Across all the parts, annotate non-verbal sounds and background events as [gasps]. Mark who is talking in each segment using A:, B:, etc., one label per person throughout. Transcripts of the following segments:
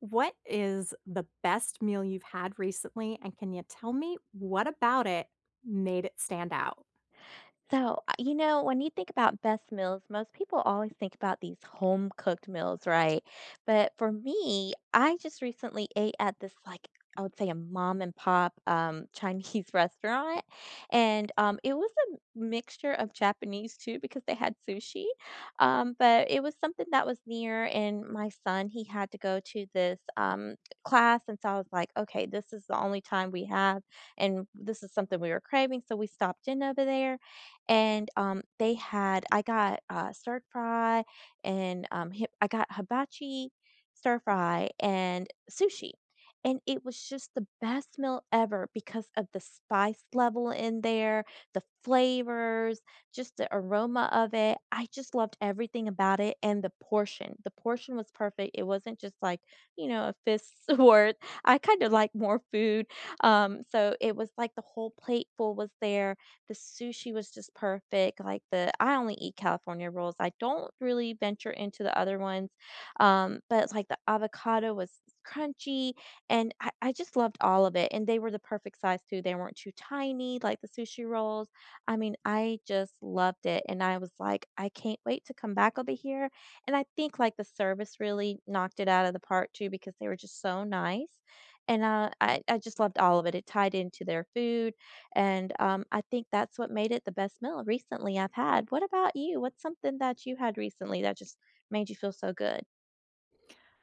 A: What is the best meal you've had recently, and can you tell me what about it made it stand out?
B: So, when you think about best meals, most people always think about these home cooked meals, right? But for me, I just recently ate at this, I would say, a mom and pop Chinese [laughs] restaurant, and it was a mixture of Japanese too because they had sushi. But it was something that was near, and my son he had to go to this class, and so I was like, okay, this is the only time we have, and this is something we were craving, so we stopped in over there and they had, I got stir fry and I got hibachi stir fry and sushi. And it was just the best meal ever because of the spice level in there, the flavors, just the aroma of it. I just loved everything about it and the portion. The portion was perfect. It wasn't just like, a fist's [laughs] worth. I kind of like more food. So it was like the whole plateful was there, the sushi was just perfect, like, the I only eat California rolls, I don't really venture into the other ones, but, like, the avocado was crunchy, and I just loved all of it, and they were the perfect size too, they weren't too tiny, like the sushi rolls. I mean, I just loved it, and I was like, "I can't wait to come back over here," and I think, like, the service really knocked it out of the park too because they were just so nice, and, I just loved all of it. It tied into their food, and I think that's what made it the best meal recently I've had. What about you? What's something that you had recently that just made you feel so good?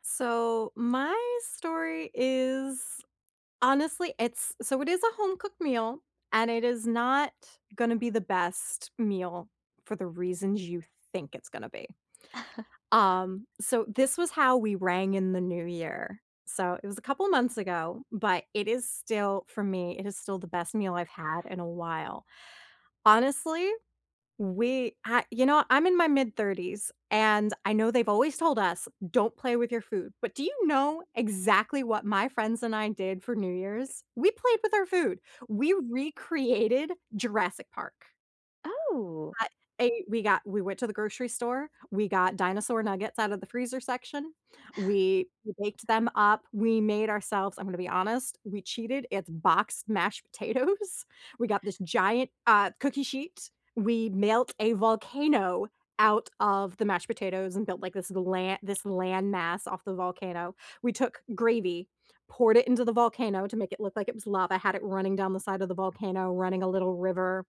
A: So, my story is honestly, it is a home cooked meal, and it is not going to be the best meal for the reasons you think it's going to be.
B: [laughs]
A: So this was how we rang in the new year. So it was a couple months ago, but it is still for me, it is still the best meal I've had in a while. Honestly, We I you know, I'm in my mid-30s, and I know they've always told us, "Don't play with your food," but do you know exactly what my friends and I did for New Year's? We played with our food. We recreated Jurassic Park.
B: Oh,
A: I ate we went to the grocery store, we got dinosaur nuggets out of the freezer section, we baked them up, we made ourselves I'm gonna be honest, we cheated, it's boxed mashed [laughs] potatoes. We got this giant, cookie sheet, we melt a volcano out of the mashed potatoes and built, like, this land mass off the volcano. We took gravy, poured it into the volcano to make it look like it was lava, had it running down the side of the volcano, running a little river.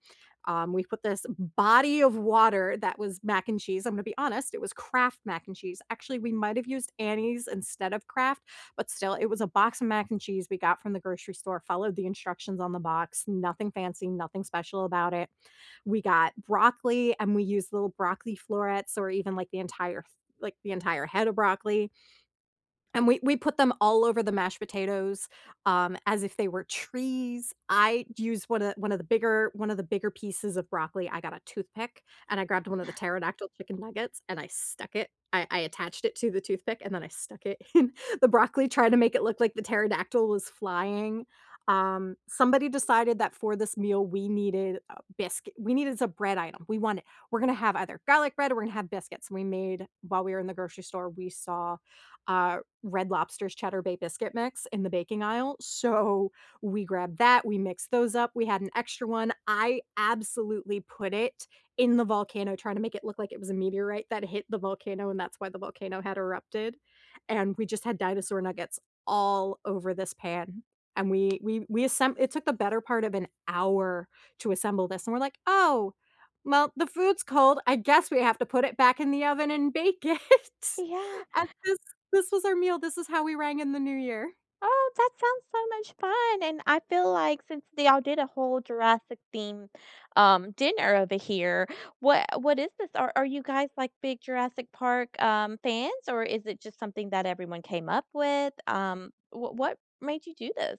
A: We put this body of water that was mac and cheese. I'm gonna be honest, it was Kraft mac and cheese. Actually, we might have used Annie's instead of Kraft, but still, it was a box of mac and cheese we got from the grocery store, followed the instructions on the box, nothing fancy, nothing special about it. We got broccoli and we used little broccoli florets or even like the entire head of broccoli and we put them all over the mashed potatoes, as if they were trees. I used one of the bigger pieces of broccoli. I got a toothpick, and I grabbed one of the pterodactyl chicken nuggets, and I attached it to the toothpick, and then I stuck it [laughs] in the broccoli, trying to make it look like the pterodactyl was flying. Somebody decided that for this meal, we needed a bread item. We're gonna have either garlic bread or we're gonna have biscuits. We made while we were in the grocery store, we saw, uh Red Lobster's Cheddar Bay Biscuit Mix in the baking aisle, so we grabbed that, we mixed those up, we had an extra one. I absolutely put it in the volcano trying to make it look like it was a meteorite that hit the volcano, and that's why the volcano had erupted, and we just had dinosaur nuggets all over this pan, and we assemb it took the better part of an hour to assemble this, and we're like, "Oh, well, the food's cold, I guess we have to put it back in the oven and bake it."
B: yeah.
A: [laughs] And this was our meal, this is how we rang in the New Year.
B: Oh, that sounds so much fun. And I feel like since y'all did a whole Jurassic theme dinner over here, what is this? Are you guys like big Jurassic Park fans, or is it just something that everyone came up with? What made you do this?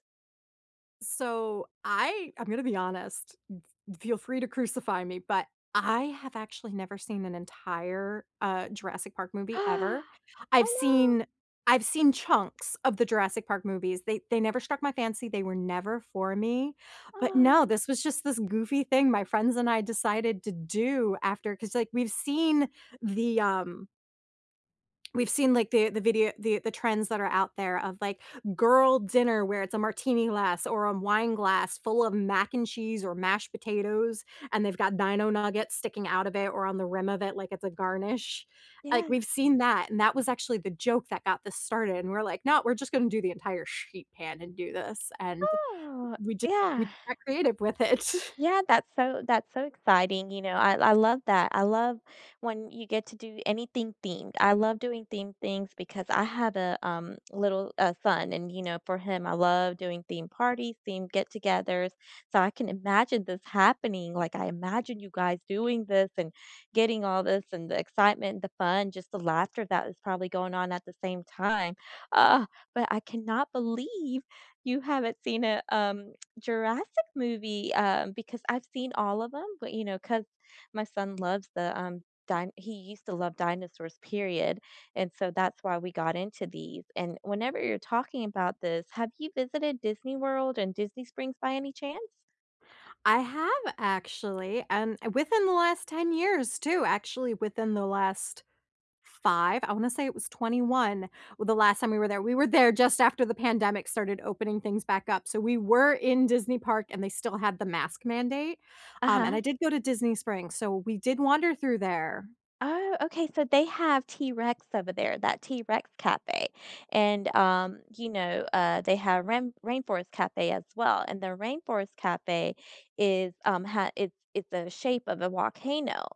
A: So, I'm gonna be honest, f feel free to crucify me, but I have actually never seen an entire, Jurassic Park movie ever.
B: [gasps] Oh
A: I've
B: no.
A: seen I've seen chunks of the Jurassic Park movies. They never struck my fancy, they were never for me, but no,
B: Oh,
A: this was just this goofy thing my friends and I decided to do after, because like, the, um We've seen, like, the trends that are out there of, like, girl dinner where it's a martini glass or a wine glass full of mac and cheese or mashed potatoes, and they've got dino nuggets sticking out of it or on the rim of it like it's a garnish. Like, we've
B: yeah.
A: seen that, and that was actually the joke that got this started, and we're like, "No, we're just gonna do the entire sheet pan and do this," and
B: Oh,
A: we just we
B: yeah.
A: got creative with it. [laughs]
B: Yeah, that's so, that's so exciting, you know, I love that. I love when you get to do anything themed. I love doing themed things because I have a, little, son and, you know, for him, I love doing theme parties, theme get-togethers, so I can imagine this happening, like, I imagine you guys doing this and getting all this and the excitement, the fun, just the laughter that is probably going on at the same time. Ah, but I cannot believe you haven't seen a, Jurassic movie, because I've seen all of them, but, you know, cause my son loves the, din he used to love dinosaurs, period, and so that's why we got into these, and whenever you're talking about this, have you visited Disney World and Disney Springs by any chance?
A: I have actually, and within the last 10 years too, actually within the last 5, I wanna say it was 21 the last time we were there. We were there just after the pandemic started opening things back up, so we were in Disney Park and they still had the mask mandate, and I
B: Uh-huh.
A: did go to Disney Springs, so we did wander through there.
B: Oh, okay, so they have T-Rex over there, that T-Rex cafe, and, you know, they have Rainforest Cafe as well, and the Rainforest Cafe is, ha it's the shape of a volcano,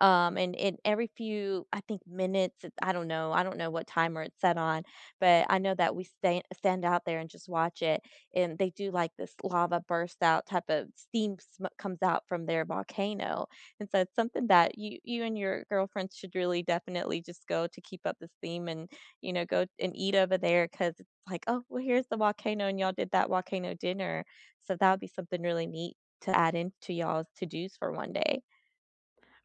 B: and every few, I think, minutes, it's, I don't know what timer it's set on, but I know that we stay stand out there and just watch it, and they do, like, this lava burst out type of steam, smoke comes out from their volcano, and so it's something that you and your girlfriends should really definitely just go to keep up this theme and, you know, go and eat over there because it's like, "Oh, well, here's the volcano, and y'all did that volcano dinner." So that would be something really neat to add into y'all's to-dos for one day.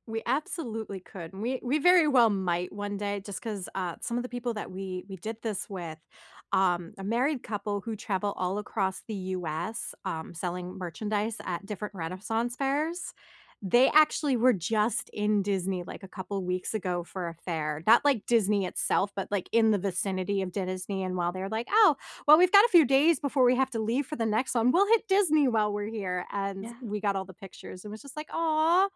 A: We absolutely could, and we very well might one day just 'cause, some of the people that we did this with, a married couple who travel all across the US, selling merchandise at different Renaissance fairs, they actually were just in Disney, like, a couple weeks ago for a fair. Not, like, Disney itself, but, like, in the vicinity of Disney, and while they're like, "Oh, well, we've got a few days before we have to leave for the next one, we'll hit Disney while we're here," and
B: Yeah.
A: we got all the pictures, and was just like, "Aw."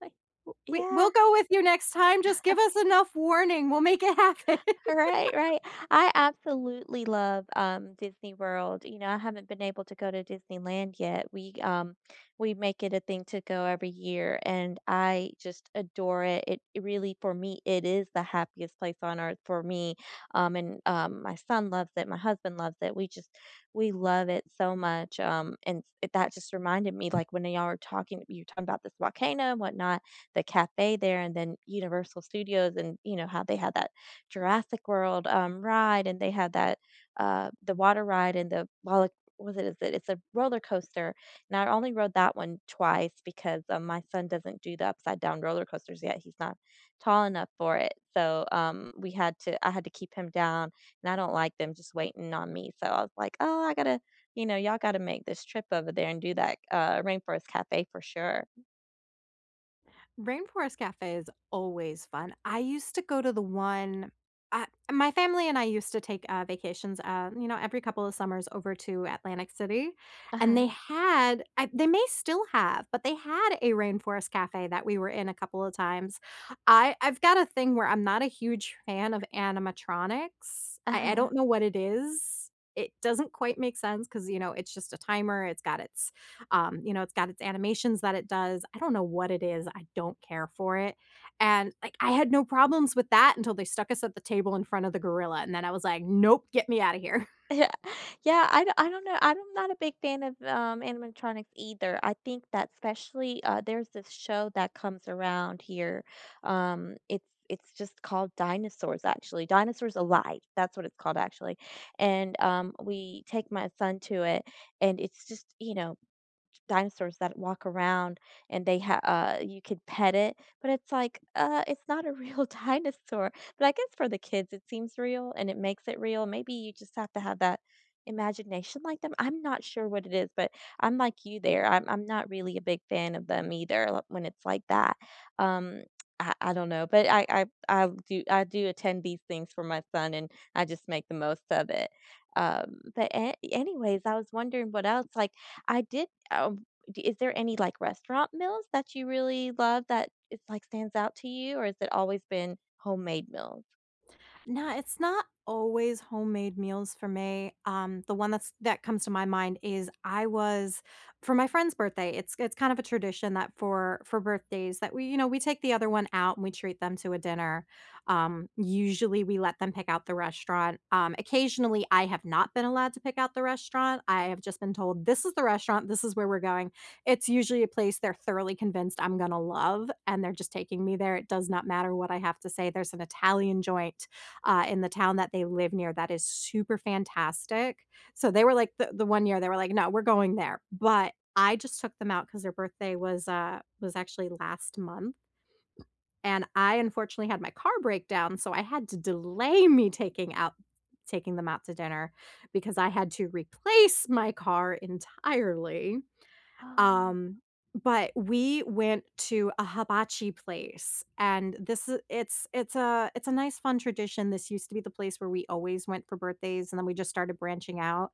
A: Like, "W We'll
B: Yeah.
A: go with you next time, just give us enough warning, we'll make it [laughs] happen."
B: Right, right. I absolutely love Disney World. You know, I haven't been able to go to Disneyland yet. We we make it a thing to go every year and I just adore it. It really, for me, it is the happiest place on earth for me. And My son loves it, my husband loves it. We love it so much. That just reminded me, like, when y'all were talking, you were talking about this volcano and whatnot, the cafe there, and then Universal Studios, and you know how they had that Jurassic World, ride, and they had that, the water ride, and the walla what is it? It's a roller coaster, and I only rode that one twice because, my son doesn't do the upside down roller coasters yet, he's not tall enough for it, so, we had to I had to keep him down, and I don't like them just waiting on me, so I was like, "Oh, I gotta, you know, y'all gotta make this trip over there and do that, Rainforest Cafe for sure."
A: Rainforest Cafe is always fun. I used to go to the one I my family and I used to take, vacations, you know, every couple of summers over to Atlantic City, and
B: Uh-huh,
A: they had I they may still have, but they had a Rainforest Cafe that we were in a couple of times. I've got a thing where I'm not a huge fan of animatronics. I
B: uh-huh.
A: don't know what it is. It doesn't quite make sense because you know, it's just a timer, it's got its you know, it's got its animations that it does. I don't know what it is. I don't care for it. And, like, I had no problems with that until they stuck us at the table in front of the gorilla, and then I was like, "Nope, get me out of here."
B: Yeah, [laughs] yeah, I don't know, I'm not a big fan of, animatronics either. I think that, especially, there's this show that comes around here, it's just called Dinosaurs, actually, Dinosaurs Alive, that's what it's called, actually, and, we take my son to it, and it's just, you know, dinosaurs that walk around, and they have, you could pet it, but it's like, it's not a real [laughs] dinosaur. But I guess for the kids, it seems real and it makes it real. Maybe you just have to have that imagination like them. I'm not sure what it is, but I'm like you there. I'm not really a big fan of them either, like, when it's like that. Um, I, I don't know, but I do attend these things for my son, and I just make the most of it. Anyways, I was wondering what else. Like, I did is there any like restaurant meals that you really love that it's like stands out to you, or has it always been homemade meals?
A: No, it's not always homemade meals for me. The one that's that comes to my mind is I was for my friend's birthday. It's kind of a tradition that for birthdays that we you know we take the other one out and we treat them to a dinner. Usually we let them pick out the restaurant. Occasionally I have not been allowed to pick out the restaurant. I have just been told this is the restaurant. This is where we're going. It's usually a place they're thoroughly convinced I'm gonna love, and they're just taking me there. It does not matter what I have to say. There's an Italian joint in the town that they live near that is super fantastic. So they were like the one year they were like, "No, we're going there." But I just took them out because their birthday was actually last month, and I unfortunately had my car break down, so I had to delay me taking out taking them out to dinner because I had to replace my car entirely.
B: Oh.
A: Um, but we went to a hibachi place, and this I it's a nice fun tradition. This used to be the place where we always went for birthdays, and then we just started branching out,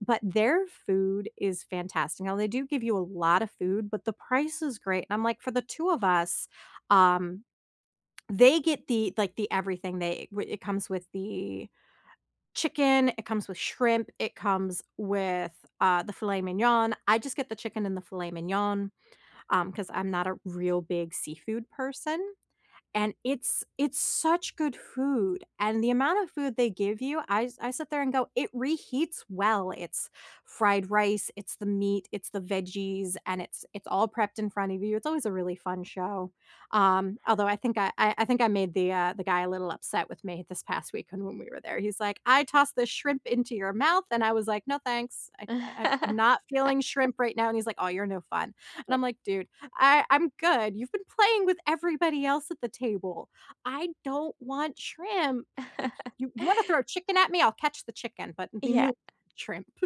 A: but their food is fantastic. Now they do give you a lot of food, but the price is great, and I'm like, for the two of us, um, they get the like, the everything. They w it comes with the chicken, it comes with shrimp, it comes with, the filet mignon. I just get the chicken and the filet mignon Because 'cause I'm not a real big seafood person, and it's such good food, and the amount of food they give you, I sit there and go, "It reheats well." It's fried rice, it's the meat, it's the veggies, and it's all prepped in front of you. It's always a really fun show. Although I think I made the guy a little upset with me this past weekend when we were there. He's like, "I tossed the shrimp into your mouth," and I was like, "No, thanks. I'm
B: [laughs]
A: not feeling shrimp right now," and he's like, oh, you're no fun." And I'm like, "Dude, I'm good. You've been playing with everybody else at the table. I don't want shrimp. You wanna throw
B: [laughs]
A: chicken at me? I'll catch the chicken, but leave me
B: yeah.
A: alone with shrimp.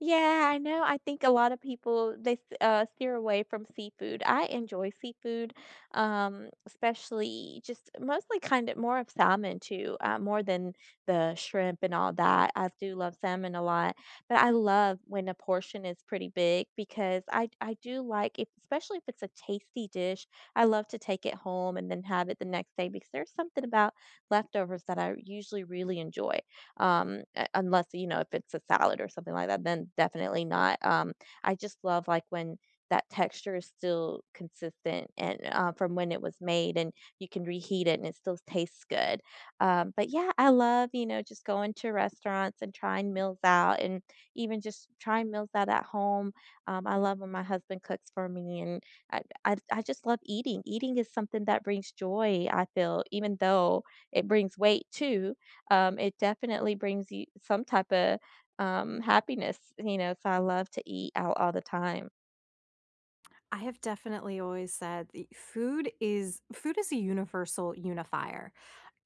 B: Yeah, I know. I think a lot of people they steer away from seafood. I enjoy seafood, especially just mostly kind of more of salmon too, more than the shrimp and all that. I do love salmon a lot, but I love when a portion is pretty big, because I do like, if, especially if it's a tasty dish. I love to take it home and then have it the next day because there's something about leftovers that I usually really enjoy, unless, you know, if it's a salad or something like that, then definitely not. I just love, like, when that texture is still consistent and from when it was made, and you can reheat it and it still tastes good. But yeah, I love, you know, just going to restaurants and trying meals out, and even just trying meals out at home. I love when my husband cooks for me, and I just love eating. Eating is something that brings joy. I feel, even though it brings weight too, it definitely brings you some type of happiness, you know. So I love to eat out all the time.
A: I have definitely always said the food is a universal unifier.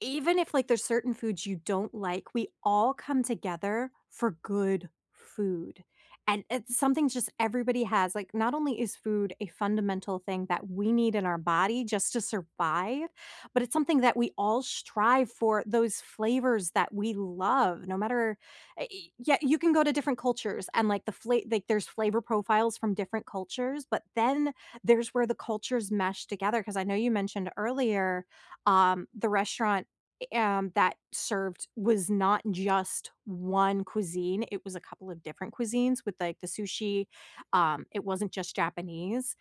A: Even if, like, there's certain foods you don't like, we all come together for good food, and it's something just everybody has, like, not only is food a fundamental thing that we need in our body just to survive, but it's something that we all strive for those flavors that we love, no matter eh, e yeah, you can go to different cultures and, like, the fla like, there's flavor profiles from different cultures, but then there's where the cultures mesh together. Because I know you mentioned earlier, the restaurant that served was not just one cuisine, it was a couple of different cuisines with, like, the sushi, it wasn't just Japanese.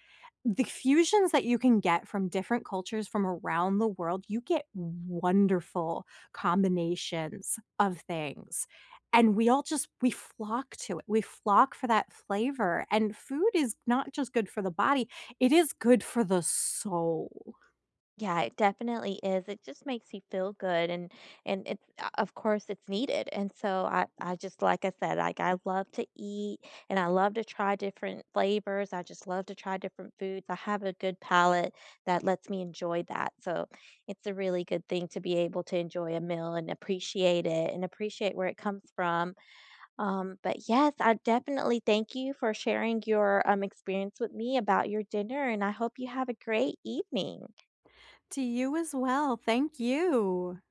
A: The fusions that you can get from different cultures from around the world, you get wonderful combinations of things, and we all just we flock to it, we flock for that flavor, and food is not just good for the body, it is good for the soul.
B: Yeah, it definitely is. It just makes you feel good, and it's, of course, it's needed. And so I just, like I said, like, I love to eat, and I love to try different flavors. I just love to try different foods. I have a good palate that lets me enjoy that. So it's a really good thing to be able to enjoy a meal and appreciate it and appreciate where it comes from. But yes, I definitely thank you for sharing your experience with me about your dinner, and I hope you have a great evening.
A: To you as well, thank you.